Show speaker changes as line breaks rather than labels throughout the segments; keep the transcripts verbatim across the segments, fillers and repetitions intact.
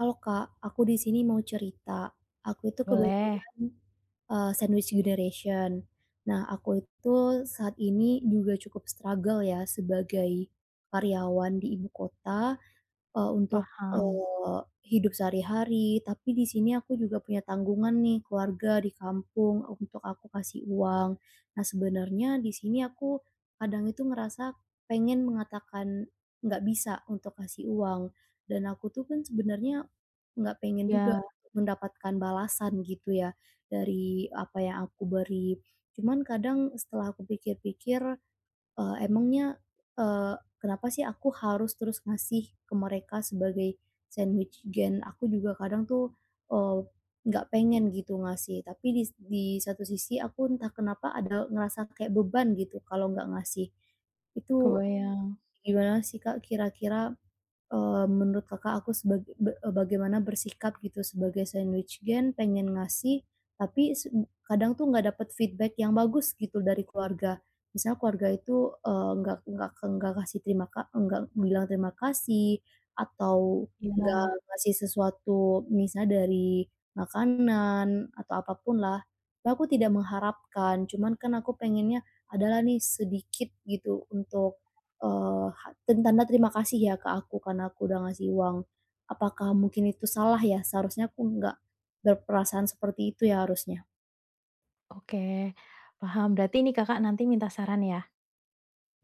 Halo Kak, aku di sini mau cerita. Aku itu
Boleh,
kebetulan, eee, sandwich generation. Nah, aku itu saat ini juga cukup struggle ya sebagai karyawan di ibu kota. Eee, untuk,
paham,
eee, hidup sehari-hari, tapi di sini aku juga punya tanggungan nih keluarga di kampung untuk aku kasih uang. Nah, sebenarnya di sini aku kadang itu ngerasa pengen mengatakan nggak bisa untuk kasih uang, dan aku tuh kan sebenarnya nggak pengen juga
ya,
mendapatkan balasan gitu ya dari apa yang aku beri. Cuman kadang setelah aku pikir-pikir, eee, emangnya, eee, kenapa sih aku harus terus ngasih ke mereka sebagai sandwich gen? Aku juga kadang tuh, eee, nggak pengen gitu ngasih, tapi dis di satu sisi aku entah kenapa ada ngerasa kayak beban gitu kalau nggak ngasih. Itu
kebayang,
gimana sih Kak kira-kira? Eee, menurut Kakak aku sebagai be eh, bagaimana bersikap gitu sebagai sandwich gen pengen ngasih, tapi se kadang tuh nggak dapet feedback yang bagus gitu dari keluarga. Misal keluarga itu, eee, nggak nggak nggak kasih terima ka nggak bilang terima kasih, atau nggak
ya.
ngasih sesuatu misal dari makanan atau apapun pun lah. Tapi aku tidak mengharapkan, cuman kan aku pengennya adalah nih sedikit gitu untuk, eee, ha tanda terima kasih ya ke aku karena aku udah ngasih uang. Apakah mungkin itu salah ya? Seharusnya aku nggak berperasaan seperti itu ya harusnya.
Oke, paham. Berarti ini Kakak nanti minta saran ya?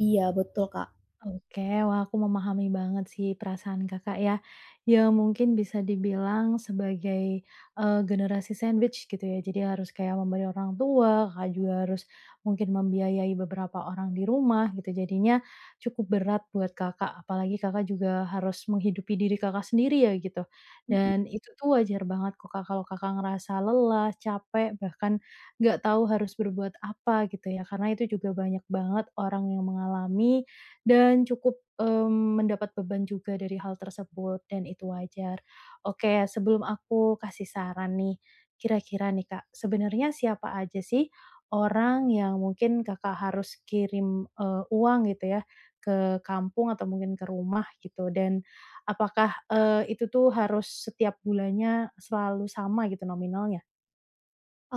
Iya betul, Kak.
Oke, wah aku memahami banget sih perasaan Kakak ya, yang mungkin bisa dibilang sebagai, eee, generasi sandwich gitu ya. Jadi harus kayak memberi orang tua, Kakak juga harus mungkin membiayai beberapa orang di rumah gitu, jadinya cukup berat buat Kakak, apalagi Kakak juga harus menghidupi diri Kakak sendiri ya gitu.
Mhm.
Dan itu tuh wajar banget kok Kak kalau Kakak ngerasa lelah, capek, bahkan nggak tahu harus berbuat apa gitu ya, karena itu juga banyak banget orang yang mengalami dan cukup, mmm, mendapat beban juga dari hal tersebut dan itu wajar. Oke, sebelum aku kasih saran nih, kira-kira nih Kak, sebenarnya siapa aja sih orang yang mungkin Kakak harus kirim, eee, uang gitu ya, ke kampung atau mungkin ke rumah gitu? Dan apakah, eee, itu tuh harus setiap bulannya selalu sama gitu nominalnya?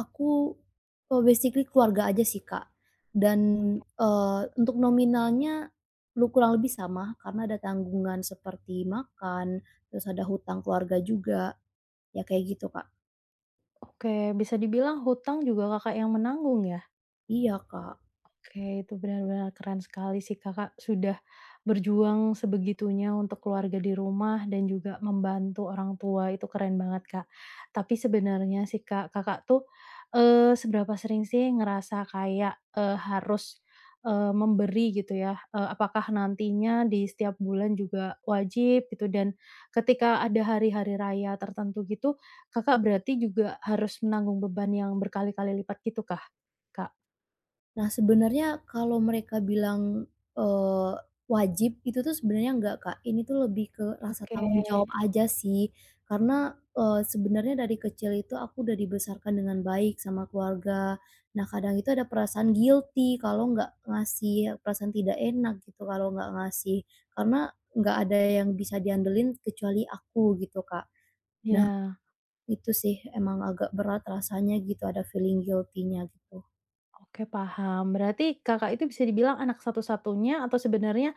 Aku, eee, basically keluarga aja sih, Kak. Dan, eee, untuk nominalnya lu kurang lebih sama karena ada tanggungan seperti makan, terus ada hutang keluarga juga, ya kayak gitu, Kak.
Oke, bisa dibilang hutang juga Kakak yang menanggung ya?
Iya, Kak.
Oke, itu benar-benar keren sekali sih Kakak sudah berjuang sebegitunya untuk keluarga di rumah dan juga membantu orang tua, itu keren banget Kak. Tapi sebenarnya sih Kak, Kakak tuh, eee, seberapa sering sih ngerasa kayak, eee, harus, eee, memberi gitu ya? Eee, apakah nantinya di setiap bulan juga wajib gitu dan ketika ada hari-hari raya tertentu gitu, Kakak berarti juga harus menanggung beban yang berkali-kali lipat gitu kah, Kak?
Nah, sebenarnya kalau mereka bilang, eee, wajib, itu tuh sebenarnya enggak, Kak. Ini tuh lebih ke rasa
Oke.
tanggung jawab aja sih. Karena, eee, sebenarnya dari kecil itu aku udah dibesarkan dengan baik sama keluarga. Nah, kadang itu ada perasaan guilty kalau nggak ngasih, perasaan tidak enak gitu kalau nggak ngasih. Karena nggak ada yang bisa diandelin kecuali aku gitu, Kak. Nah,
Iya,
itu sih emang agak berat rasanya gitu, ada feeling guilty-nya gitu.
oke, paham. Berarti Kakak itu bisa dibilang anak satu-satunya atau sebenarnya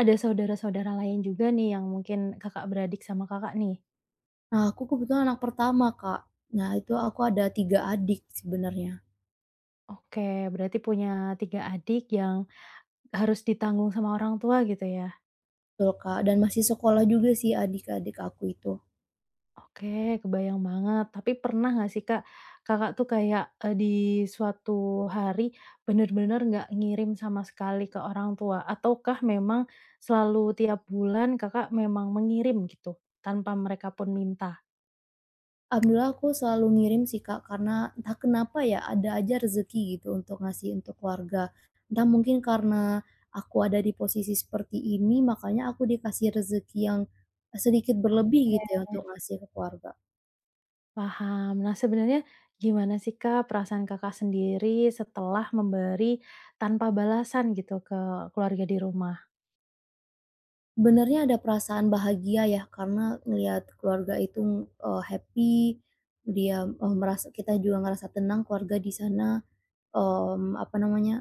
ada saudara-saudara lain juga nih yang mungkin Kakak beradik sama Kakak nih?
Nah, aku kebetulan anak pertama, Kak. Nah, itu aku ada tiga adik sebenarnya.
Oke, berarti punya tiga adik yang harus ditanggung sama orang tua gitu ya?
Betul, Kak, dan masih sekolah juga sih adik-adik aku itu.
Oke, kebayang banget. Tapi pernah nggak sih Kak, Kakak tuh kayak, eee, di suatu hari bener-bener nggak ngirim sama sekali ke orang tua? Ataukah memang selalu tiap bulan Kakak memang mengirim gitu, tanpa mereka pun minta?
Alhamdulillah aku selalu ngirim sih, Kak, karena entah kenapa ya ada aja rezeki gitu untuk ngasih untuk keluarga. Entah mungkin karena aku ada di posisi seperti ini, makanya aku dikasih rezeki yang sedikit berlebih gitu ya untuk ngasih ke keluarga.
Paham. Nah, sebenarnya gimana sih, Kak, perasaan Kakak sendiri setelah memberi tanpa balasan gitu ke keluarga di rumah?
Sebenarnya ada perasaan bahagia ya, karena ngelihat keluarga itu, eee, happy, dia, eee, merasa kita juga ngerasa tenang keluarga di sana, mmm, apa namanya,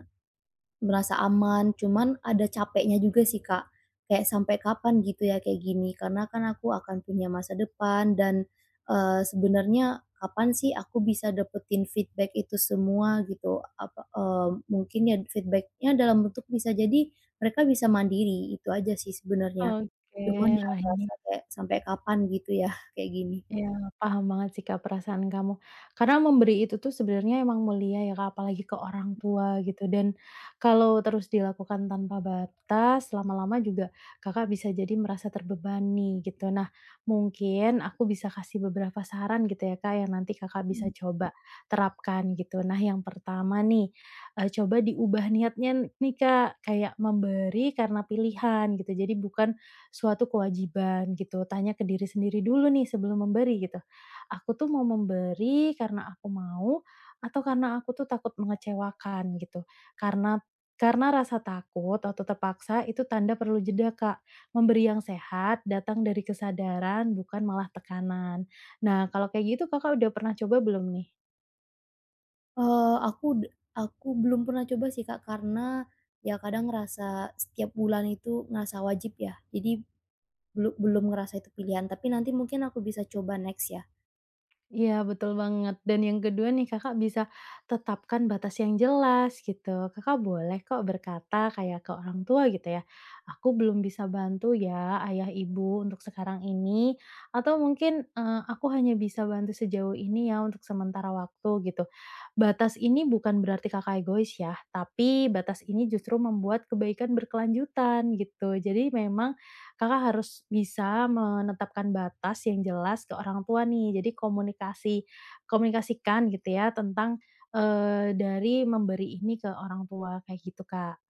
merasa aman, cuman ada capeknya juga sih, Kak. Kayak sampai kapan gitu ya kayak gini, karena kan aku akan punya masa depan dan, eee, sebenarnya kapan sih aku bisa dapetin feedback itu semua gitu, apa, eee, mungkin ya feedbacknya dalam bentuk bisa jadi mereka bisa mandiri, itu aja sih sebenarnya.
Oke,
Cuman ya
wah ini,
merasa kayak sampai kapan gitu ya kayak gini.
iya, paham banget sih, Kak, perasaan kamu. Karena memberi itu tuh sebenarnya emang mulia ya, Kak, apalagi ke orang tua gitu. Dan kalau terus dilakukan tanpa batas, lama-lama juga Kakak bisa jadi merasa terbebani gitu. Nah, mungkin aku bisa kasih beberapa saran gitu ya, Kak, yang nanti Kakak bisa coba terapkan gitu. Nah, yang pertama nih, eee, coba diubah niatnya nih, Kak, kayak memberi karena pilihan gitu. Jadi bukan suatu kewajiban gitu. Tanya ke diri sendiri dulu nih sebelum memberi gitu. Aku tuh mau memberi karena aku mau atau karena aku tuh takut mengecewakan gitu. Karena karena rasa takut atau terpaksa itu tanda perlu jeda, Kak. Memberi yang sehat datang dari kesadaran bukan malah tekanan. Nah, kalau kayak gitu Kakak udah pernah coba belum nih?
Eee, aku d Aku belum pernah coba sih, Kak, karena ya kadang ngerasa setiap bulan itu ngerasa wajib ya, jadi belu belum ngerasa itu pilihan, tapi nanti mungkin aku bisa coba next ya.
Iya, betul banget. Dan yang kedua nih, Kakak bisa tetapkan batas yang jelas gitu. Kakak boleh kok berkata kayak ke orang tua gitu ya, "Aku belum bisa bantu ya ayah ibu untuk sekarang ini," atau mungkin, eee, "Aku hanya bisa bantu sejauh ini ya untuk sementara waktu," gitu. Batas ini bukan berarti Kakak egois ya, tapi batas ini justru membuat kebaikan berkelanjutan gitu. Jadi memang Kakak harus bisa menetapkan batas yang jelas ke orang tua nih. Jadi komunikasi komunikasikan gitu ya tentang, eee, dari memberi ini ke orang tua, kayak gitu, Kak.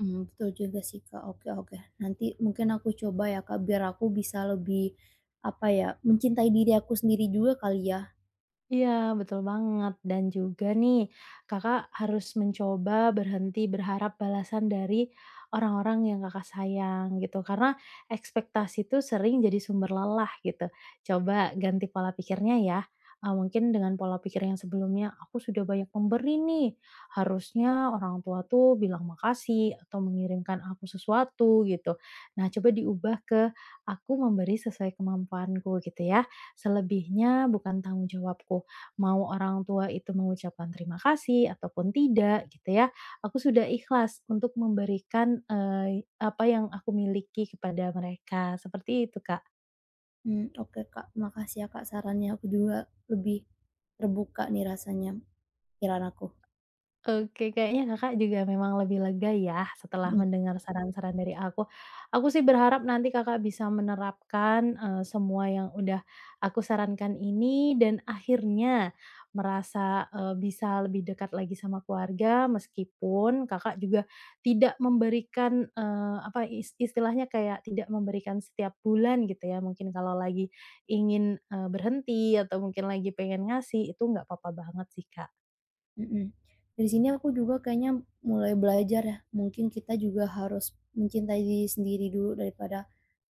Mmm, betul juga sih, Kak, oke oke. Nanti mungkin aku coba ya, Kak, biar aku bisa lebih, apa ya, mencintai diri aku sendiri juga kali ya.
Iya, betul banget. Dan juga nih, Kakak harus mencoba berhenti berharap balasan dari orang-orang yang Kakak sayang gitu. Karena ekspektasi itu sering jadi sumber lelah gitu. Coba ganti pola pikirnya ya. Ah, mungkin dengan pola pikir yang sebelumnya, aku sudah banyak memberi nih. Harusnya orang tua tuh bilang makasih atau mengirimkan aku sesuatu gitu. Nah, coba diubah ke aku memberi sesuai kemampuanku gitu ya. Selebihnya bukan tanggung jawabku mau orang tua itu mengucapkan terima kasih ataupun tidak gitu ya, aku sudah ikhlas untuk memberikan, eee, apa yang aku miliki kepada mereka, seperti itu, Kak.
Mmm, oke, Kak, makasih ya, Kak, sarannya aku juga lebih terbuka nih rasanya pikiran aku.
Oke, kayaknya Kakak juga memang lebih lega ya setelah
Mhm.
mendengar saran-saran dari aku. Aku sih berharap nanti Kakak bisa menerapkan, eee, semua yang udah aku sarankan ini dan akhirnya merasa, eee, bisa lebih dekat lagi sama keluarga meskipun Kakak juga tidak memberikan, eee, apa is istilahnya kayak tidak memberikan setiap bulan gitu ya. Mungkin kalau lagi ingin, eee, berhenti atau mungkin lagi pengen ngasih itu nggak apa-apa banget sih, Kak.
Mhm. Dari sini aku juga kayaknya mulai belajar ya, mungkin kita juga harus mencintai diri sendiri dulu daripada,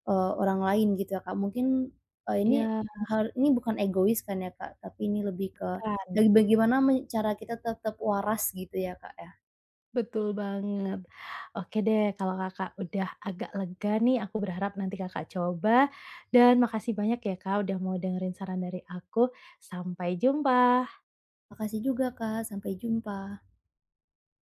eee, orang lain gitu ya, Kak. Mungkin, eee, ini
Iya,
hal ini bukan egois kan ya, Kak, tapi ini lebih ke
Kak.
dari bagaimana men cara kita tetap waras gitu ya, Kak, ya.
Betul banget. Oke deh, kalau Kakak udah agak lega nih, aku berharap nanti Kakak coba. Dan makasih banyak ya Kak udah mau dengerin saran dari aku. Sampai jumpa.
Makasih juga, Kak, sampai jumpa.